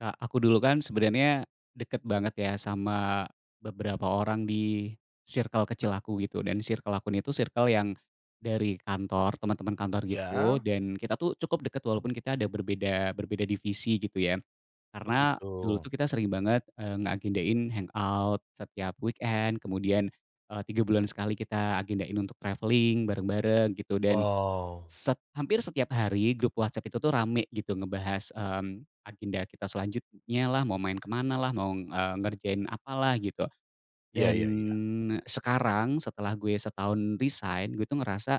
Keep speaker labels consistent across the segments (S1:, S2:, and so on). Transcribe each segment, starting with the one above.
S1: Kak, aku dulu kan sebenarnya deket banget ya sama beberapa orang di circle kecil aku gitu, dan circle aku ini tuh circle yang dari kantor, teman-teman kantor gitu,
S2: Iya?
S1: dan kita tuh cukup deket walaupun kita ada berbeda berbeda divisi gitu ya.
S2: Oh
S1: Karena
S2: gitu.
S1: dulu tuh kita sering banget, ngeagendain hangout setiap weekend, kemudian, 3 bulan sekali kita agendain untuk traveling bareng-bareng gitu, dan
S2: Wow.
S1: Hampir setiap hari grup WhatsApp itu tuh rame gitu ngebahas, agenda kita selanjutnya lah, mau main kemana lah, mau, ngerjain apalah gitu.
S2: Iya
S1: Dan
S2: iya iya.
S1: sekarang setelah gue setahun resign, gue tuh ngerasa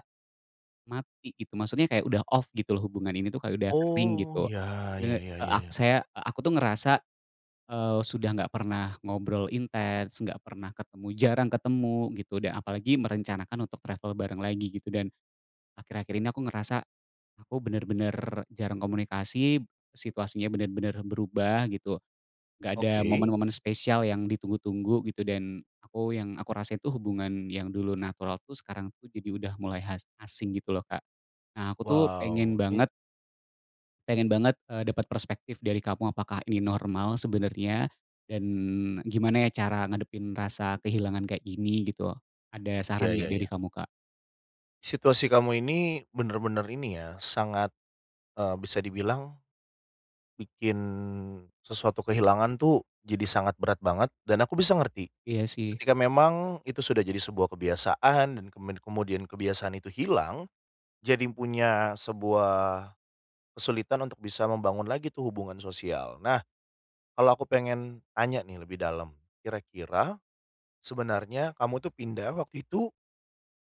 S1: mati gitu, maksudnya kayak udah off gitu loh, hubungan ini tuh kayak udah kering
S2: Oh,
S1: gitu.
S2: ya ya
S1: Eee,
S2: ya ya
S1: ak
S2: ya.
S1: saya aku tuh ngerasa, sudah nggak pernah ngobrol intens, nggak pernah ketemu, jarang ketemu gitu, dan apalagi merencanakan untuk travel bareng lagi gitu, dan akhir-akhir ini aku ngerasa aku bener-bener jarang komunikasi, situasinya bener-bener berubah gitu, nggak ada
S2: Oke.
S1: momen-momen spesial yang ditunggu-tunggu gitu, dan aku yang aku rasain tuh hubungan yang dulu natural tuh sekarang tuh jadi udah mulai asing gitu loh, Kak. Nah aku tuh pengen
S2: Wow, ini
S1: banget, dapat perspektif dari kamu apakah ini normal sebenarnya, dan gimana ya cara ngadepin rasa kehilangan kayak gini gitu. Ada
S2: iya
S1: saran nggak
S2: iya
S1: dari
S2: iya.
S1: kamu, Kak?
S2: Situasi kamu ini bener-bener ini ya, sangat, bisa dibilang bikin sesuatu kehilangan tuh jadi sangat berat banget dan aku bisa ngerti.
S1: Iya sih.
S2: Ketika memang itu sudah jadi sebuah kebiasaan dan kemudian kemudian kebiasaan itu hilang, jadi punya sebuah kesulitan untuk bisa membangun lagi tuh hubungan sosial. Nah, kalau aku pengen tanya nih lebih dalam, kira-kira sebenarnya kamu tuh pindah waktu itu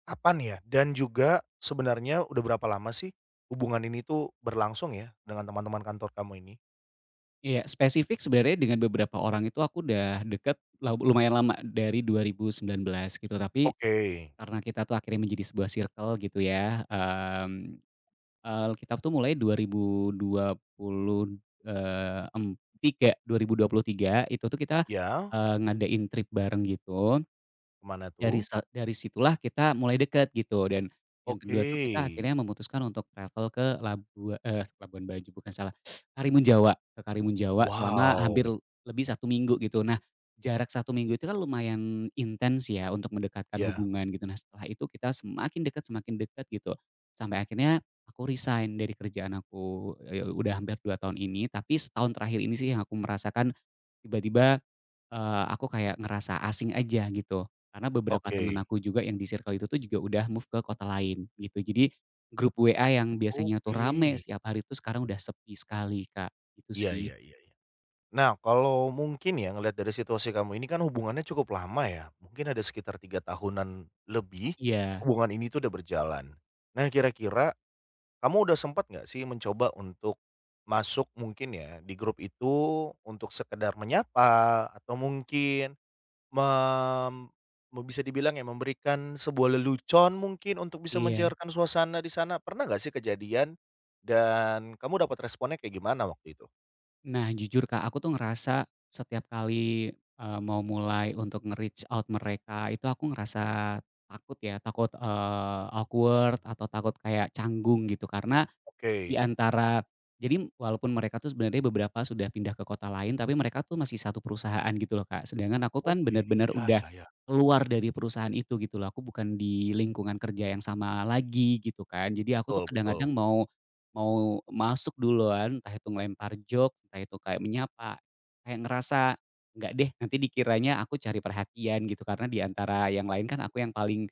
S2: kapan ya? Dan juga sebenarnya udah berapa lama sih hubungan ini tuh berlangsung ya dengan teman-teman kantor kamu ini?
S1: Iya, spesifik sebenarnya dengan beberapa orang itu aku udah deket la lumayan lama dari 2019 gitu, tapi
S2: Oke,
S1: karena kita tuh akhirnya menjadi sebuah circle gitu ya, kita tuh mulai 2020, eee, em tiga 2023 itu tuh kita,
S2: ya,
S1: ngadain trip bareng gitu.
S2: kemana
S1: Dari
S2: tuh?
S1: sa dari situlah kita mulai deket gitu, dan yang
S2: Oke.
S1: kedua tuh kita akhirnya memutuskan untuk travel ke Labuan Bajo, bukan, salah, Karimun Jawa, ke Karimun Jawa selama hampir
S2: Wow,
S1: lebih satu minggu gitu. Nah, jarak satu minggu itu kan lumayan intens ya untuk mendekatkan
S2: ya,
S1: hubungan gitu. Nah, setelah itu kita semakin dekat gitu, sampai akhirnya aku resign dari kerjaan aku, udah hampir 2 tahun ini, tapi setahun terakhir ini sih yang aku merasakan tiba-tiba aku kayak ngerasa asing aja gitu, karena beberapa temen
S2: oke.
S1: aku juga yang di circle itu tuh juga udah move ke kota lain gitu. Jadi grup WA yang biasanya tuh
S2: Oke.
S1: rame setiap hari tuh sekarang udah sepi sekali, Kak, gitu
S2: Iya
S1: sih.
S2: iya iya. Nah, kalau mungkin ya ngelihat dari situasi kamu ini kan hubungannya cukup lama ya, mungkin ada sekitar 3 tahunan lebih,
S1: Iya,
S2: hubungan ini tuh udah berjalan. Nah kira-kira kamu udah sempat nggak sih mencoba untuk masuk mungkin ya di grup itu untuk sekedar menyapa atau mungkin mem me bisa dibilang ya memberikan sebuah lelucon mungkin untuk bisa
S1: iya.
S2: mencairkan suasana di sana, pernah nggak sih kejadian? Dan kamu dapat responnya kayak gimana waktu itu?
S1: Nah jujur, Kak, aku tuh ngerasa setiap kali, mau mulai untuk nge-reach out mereka itu aku ngerasa takut ya, takut, awkward atau takut kayak canggung gitu, karena Di
S2: Oke,
S1: antara jadi walaupun mereka tuh sebenarnya beberapa sudah pindah ke kota lain, tapi mereka tuh masih satu perusahaan gitu loh, Kak. Sedangkan aku kan
S2: oke,
S1: bener-bener
S2: ya
S1: udah
S2: ya ya.
S1: keluar dari perusahaan itu gitu loh, aku bukan di lingkungan kerja yang sama lagi gitu kan. Jadi aku tuh
S2: Betul betul.
S1: kadang-kadang mau mau masuk duluan, entah itu ngelempar jok, entah itu kayak menyapa, kayak ngerasa, "Enggak deh, nanti dikiranya aku cari perhatian," gitu. Karena di antara yang lain kan aku yang paling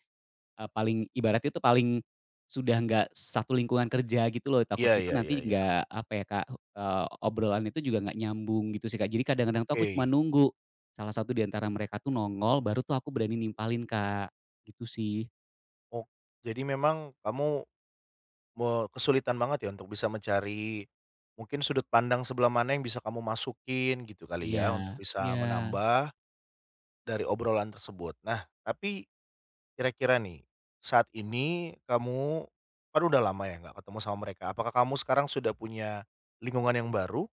S1: Paling ibaratnya itu paling sudah nggak satu lingkungan kerja gitu loh,
S2: Iya
S1: takutnya
S2: iya
S1: kan
S2: iya
S1: nanti
S2: iya.
S1: nggak, apa ya Kak, obrolan itu juga nggak nyambung gitu sih, Kak. Jadi kadang-kadang tuh aku cuma
S2: Oke.
S1: nunggu salah satu di antara mereka tuh nongol, baru tuh aku berani nimpalin, Kak, gitu sih.
S2: Oh, jadi memang kamu me kesulitan banget ya untuk bisa mencari mungkin sudut pandang sebelah mana yang bisa kamu masukin gitu kali
S1: Iya,
S2: ya, untuk bisa
S1: iya.
S2: menambah dari obrolan tersebut. Nah, tapi kira-kira nih, saat ini kamu kan udah lama ya nggak ketemu sama mereka, apakah kamu sekarang sudah punya lingkungan yang baru?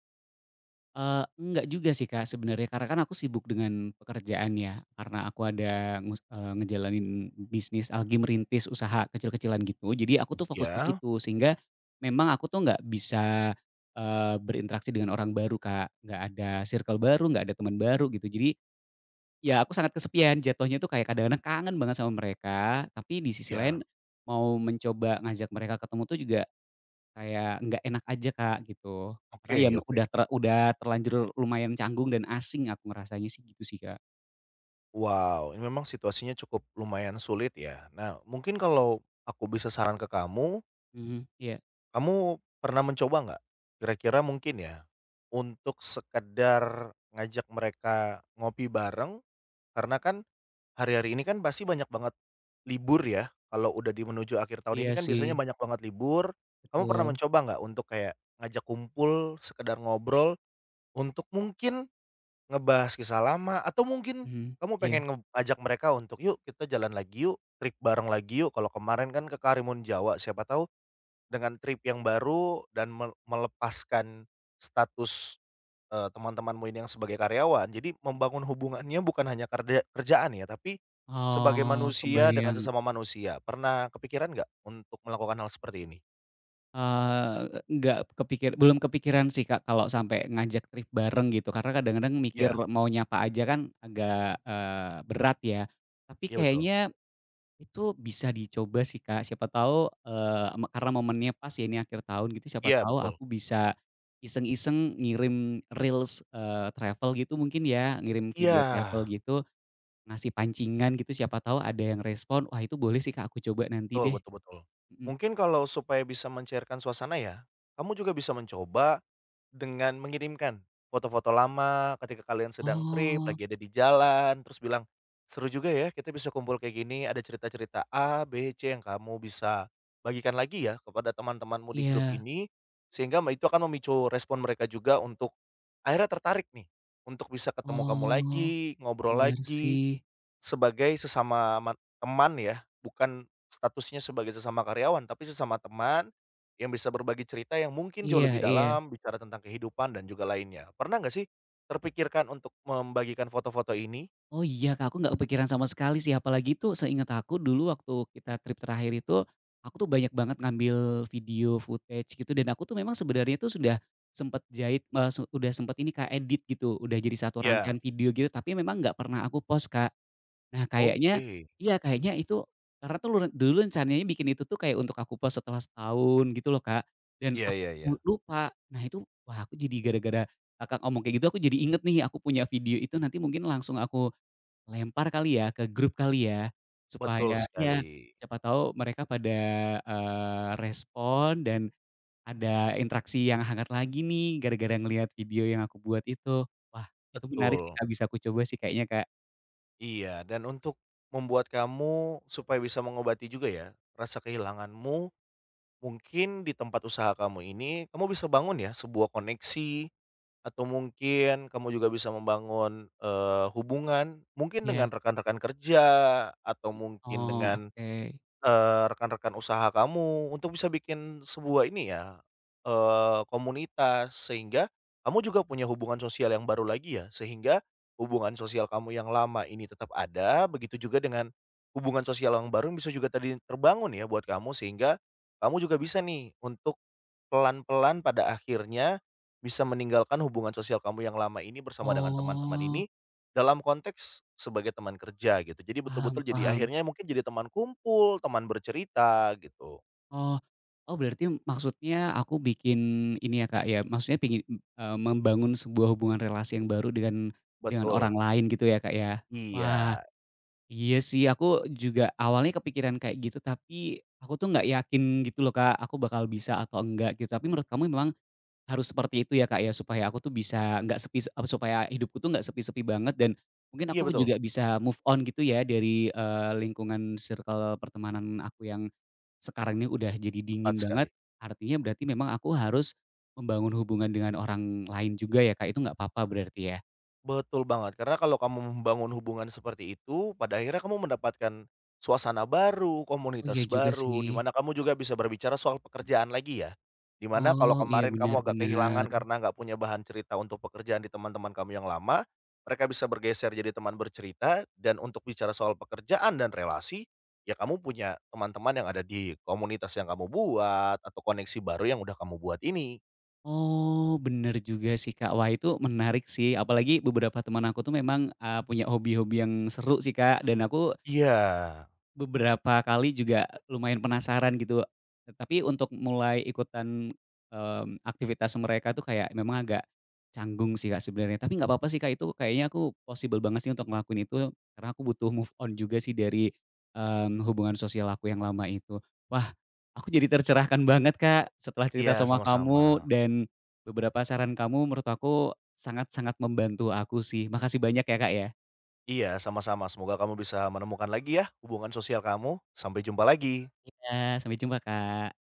S1: Enggak juga sih, Kak, sebenarnya karena kan aku sibuk dengan pekerjaan ya, karena aku ada ngejalanin bisnis, lagi merintis usaha kecil-kecilan gitu, jadi aku tuh fokus ke
S2: Ya?
S1: situ sehingga memang aku tuh nggak bisa, berinteraksi dengan orang baru, Kak, nggak ada circle baru, nggak ada teman baru gitu. Jadi ya aku sangat kesepian jatuhnya tuh, kayak kadang-kadang kangen banget sama mereka, tapi di sisi lain
S2: Ya.
S1: mau mencoba ngajak mereka ketemu tuh juga kayak nggak enak aja, Kak, gitu. Karena ya
S2: Oke oke.
S1: udah terlanjur lumayan canggung dan asing aku ngerasanya sih gitu sih, Kak.
S2: Wow, ini memang situasinya cukup lumayan sulit ya. Nah, mungkin kalau aku bisa saran ke kamu,
S1: Mhm, iya.
S2: kamu pernah mencoba nggak? Kira-kira mungkin ya, untuk sekedar ngajak mereka ngopi bareng, karena kan hari-hari ini kan pasti banyak banget libur ya. Kalau udah di menuju akhir tahun
S1: Iya
S2: ini kan biasanya
S1: sih,
S2: banyak banget libur. Kamu pernah
S1: betul.
S2: mencoba nggak untuk kayak ngajak kumpul, sekedar ngobrol, untuk mungkin ngebahas kisah lama atau mungkin
S1: Mhm,
S2: kamu
S1: iya.
S2: pengen ngajak mereka untuk, "Yuk kita jalan lagi yuk, trip bareng lagi yuk." Kalau kemarin kan ke Karimun Jawa, siapa tahu dengan trip yang baru dan melepaskan status, teman-temanmu ini yang sebagai karyawan. Jadi membangun hubungannya bukan hanya kerja kerjaan ya, tapi sebagai
S1: Oh,
S2: manusia dengan
S1: kebayang.
S2: sesama manusia. Pernah kepikiran nggak untuk melakukan hal seperti ini?
S1: Eee, nggak kepikir belum kepikiran sih, Kak, kalau sampai ngajak trip bareng gitu, karena kadang-kadang mikir
S2: Iya,
S1: mau nyapa aja kan agak, berat ya. Tapi
S2: iya betul.
S1: kayaknya itu bisa dicoba sih, Kak, siapa tahu, eee, me karena momennya pas ya ini akhir tahun gitu, siapa
S2: Iya
S1: tahu
S2: betul.
S1: aku bisa iseng-iseng ngirim reels, travel gitu mungkin ya, ngirim video travel
S2: Iya.
S1: gitu, ngasih pancingan gitu, siapa tahu ada yang respon. Wah itu boleh sih, Kak, aku coba nanti
S2: Betul
S1: deh.
S2: betul betul.
S1: Mhm.
S2: Mungkin kalau supaya bisa mencairkan suasana ya, kamu juga bisa mencoba dengan mengirimkan foto-foto lama ketika kalian sedang trip,
S1: Oh,
S2: lagi ada di jalan, terus bilang, "Seru juga ya kita bisa kumpul kayak gini, ada cerita-cerita A, B, C yang kamu bisa bagikan lagi ya kepada teman-temanmu di grup
S1: iya.
S2: ini." Sehingga itu akan memicu respon mereka juga untuk akhirnya tertarik nih, untuk bisa ketemu kamu
S1: Oh,
S2: lagi, ngobrol
S1: bener
S2: lagi,
S1: sih.
S2: sebagai sesama teman ya, bukan statusnya sebagai sesama karyawan, tapi sesama teman yang bisa berbagi cerita yang mungkin jauh
S1: Iya,
S2: lebih
S1: iya.
S2: dalam, bicara tentang kehidupan dan juga lainnya. Pernah nggak sih terpikirkan untuk membagikan foto-foto ini?
S1: Oh iya Kak, aku nggak kepikiran sama sekali sih, apalagi itu seingat aku dulu waktu kita trip terakhir itu, aku tuh banyak banget ngambil video footage gitu, dan aku tuh memang sebenarnya tuh sudah sempet jahit, eee, su udah sempet ini Kak, edit gitu, udah jadi satu
S2: Ya,
S1: rangkaian video gitu, tapi memang nggak pernah aku post, Kak. Nah kayaknya
S2: oke.
S1: iya kayaknya itu karena tuh dulu rencananya bikin itu tuh kayak untuk aku post setelah setahun gitu loh, Kak, dan
S2: Iya iya iya.
S1: aku lupa. Nah itu, wah, aku jadi gara-gara Kakak ngomong kayak gitu aku jadi inget nih, aku punya video itu, nanti mungkin langsung aku lempar kali ya, ke grup kali ya,
S2: Betul
S1: supaya ya
S2: sekali.
S1: siapa tahu mereka pada, respon, dan ada interaksi yang hangat lagi nih, gara-gara ngelihat video yang aku buat itu. Wah, itu menarik sih,
S2: Betul.
S1: Kak, bisa aku coba sih kayaknya, Kak.
S2: Iya, dan untuk membuat kamu supaya bisa mengobati juga ya rasa kehilanganmu, mungkin di tempat usaha kamu ini, kamu bisa bangun ya sebuah koneksi. Atau mungkin kamu juga bisa membangun, hubungan mungkin
S1: Iya.
S2: dengan rekan-rekan kerja atau mungkin
S1: Oh,
S2: dengan,
S1: oke.
S2: rekan-rekan usaha kamu untuk bisa bikin sebuah ini ya, komunitas sehingga kamu juga punya hubungan sosial yang baru lagi ya, sehingga hubungan sosial kamu yang lama ini tetap ada, begitu juga dengan hubungan sosial yang baru yang bisa juga tadi terbangun ya buat kamu sehingga kamu juga bisa nih untuk pelan-pelan pada akhirnya bisa meninggalkan hubungan sosial kamu yang lama ini bersama dengan teman-teman
S1: Oh,
S2: ini, dalam konteks sebagai teman kerja gitu. Jadi
S1: paham,
S2: betul-betul jadi
S1: paham.
S2: akhirnya mungkin jadi teman kumpul, teman bercerita gitu.
S1: Oh, oh, berarti maksudnya aku bikin ini ya, Kak, ya, maksudnya pingin, membangun sebuah hubungan relasi yang baru dengan
S2: Betul.
S1: orang lain gitu ya, Kak, ya? Wah.
S2: Iya.
S1: Iya sih, aku juga awalnya kepikiran kayak gitu, tapi aku tuh nggak yakin gitu loh, Kak, aku bakal bisa atau enggak gitu. Tapi menurut kamu memang harus seperti itu ya Kak ya, supaya aku tuh bisa nggak sepi, supaya hidupku tuh nggak sepi-sepi banget, dan mungkin
S2: Iya
S1: aku
S2: betul,
S1: juga bisa move on gitu ya dari, lingkungan circle pertemanan aku yang sekarang ini udah jadi
S2: tepat
S1: dingin banget.
S2: sekali.
S1: Artinya berarti memang aku harus membangun hubungan dengan orang lain juga ya Kak, itu nggak apa-apa berarti ya?
S2: Betul banget, karena kalau kamu membangun hubungan seperti itu, pada akhirnya kamu mendapatkan suasana baru,
S1: Oh iya
S2: komunitas
S1: juga
S2: baru, di
S1: sih.
S2: mana kamu juga bisa berbicara soal pekerjaan lagi ya. Di mana
S1: Oh,
S2: kalau
S1: iya,
S2: kemarin
S1: benar,
S2: kamu agak
S1: benar.
S2: kehilangan karena nggak punya bahan cerita untuk pekerjaan di teman-teman kamu yang lama, mereka bisa bergeser jadi teman bercerita dan untuk bicara soal pekerjaan dan relasi, ya kamu punya teman-teman yang ada di komunitas yang kamu buat atau koneksi baru yang udah kamu buat ini.
S1: Oh, bener juga sih, Kak. Wah, itu menarik sih, apalagi beberapa teman aku tuh memang, punya hobi-hobi yang seru sih, Kak, dan aku
S2: Iya,
S1: beberapa kali juga lumayan penasaran gitu, tapi untuk mulai ikutan, aktivitas mereka tuh kayak memang agak canggung sih Kak sebenarnya, tapi nggak apa-apa sih Kak, itu kayaknya aku possible banget sih untuk ngelakuin itu karena aku butuh move on juga sih dari, hubungan sosial aku yang lama itu. Wah, aku jadi tercerahkan banget Kak setelah cerita
S2: iya
S1: sama
S2: sama-sama.
S1: kamu, dan beberapa saran kamu menurut aku sangat-sangat membantu aku sih. Makasih banyak ya Kak ya.
S2: Iya, sama-sama. Semoga kamu bisa menemukan lagi ya hubungan sosial kamu. Sampai jumpa lagi.
S1: Ya, sampai jumpa Kak.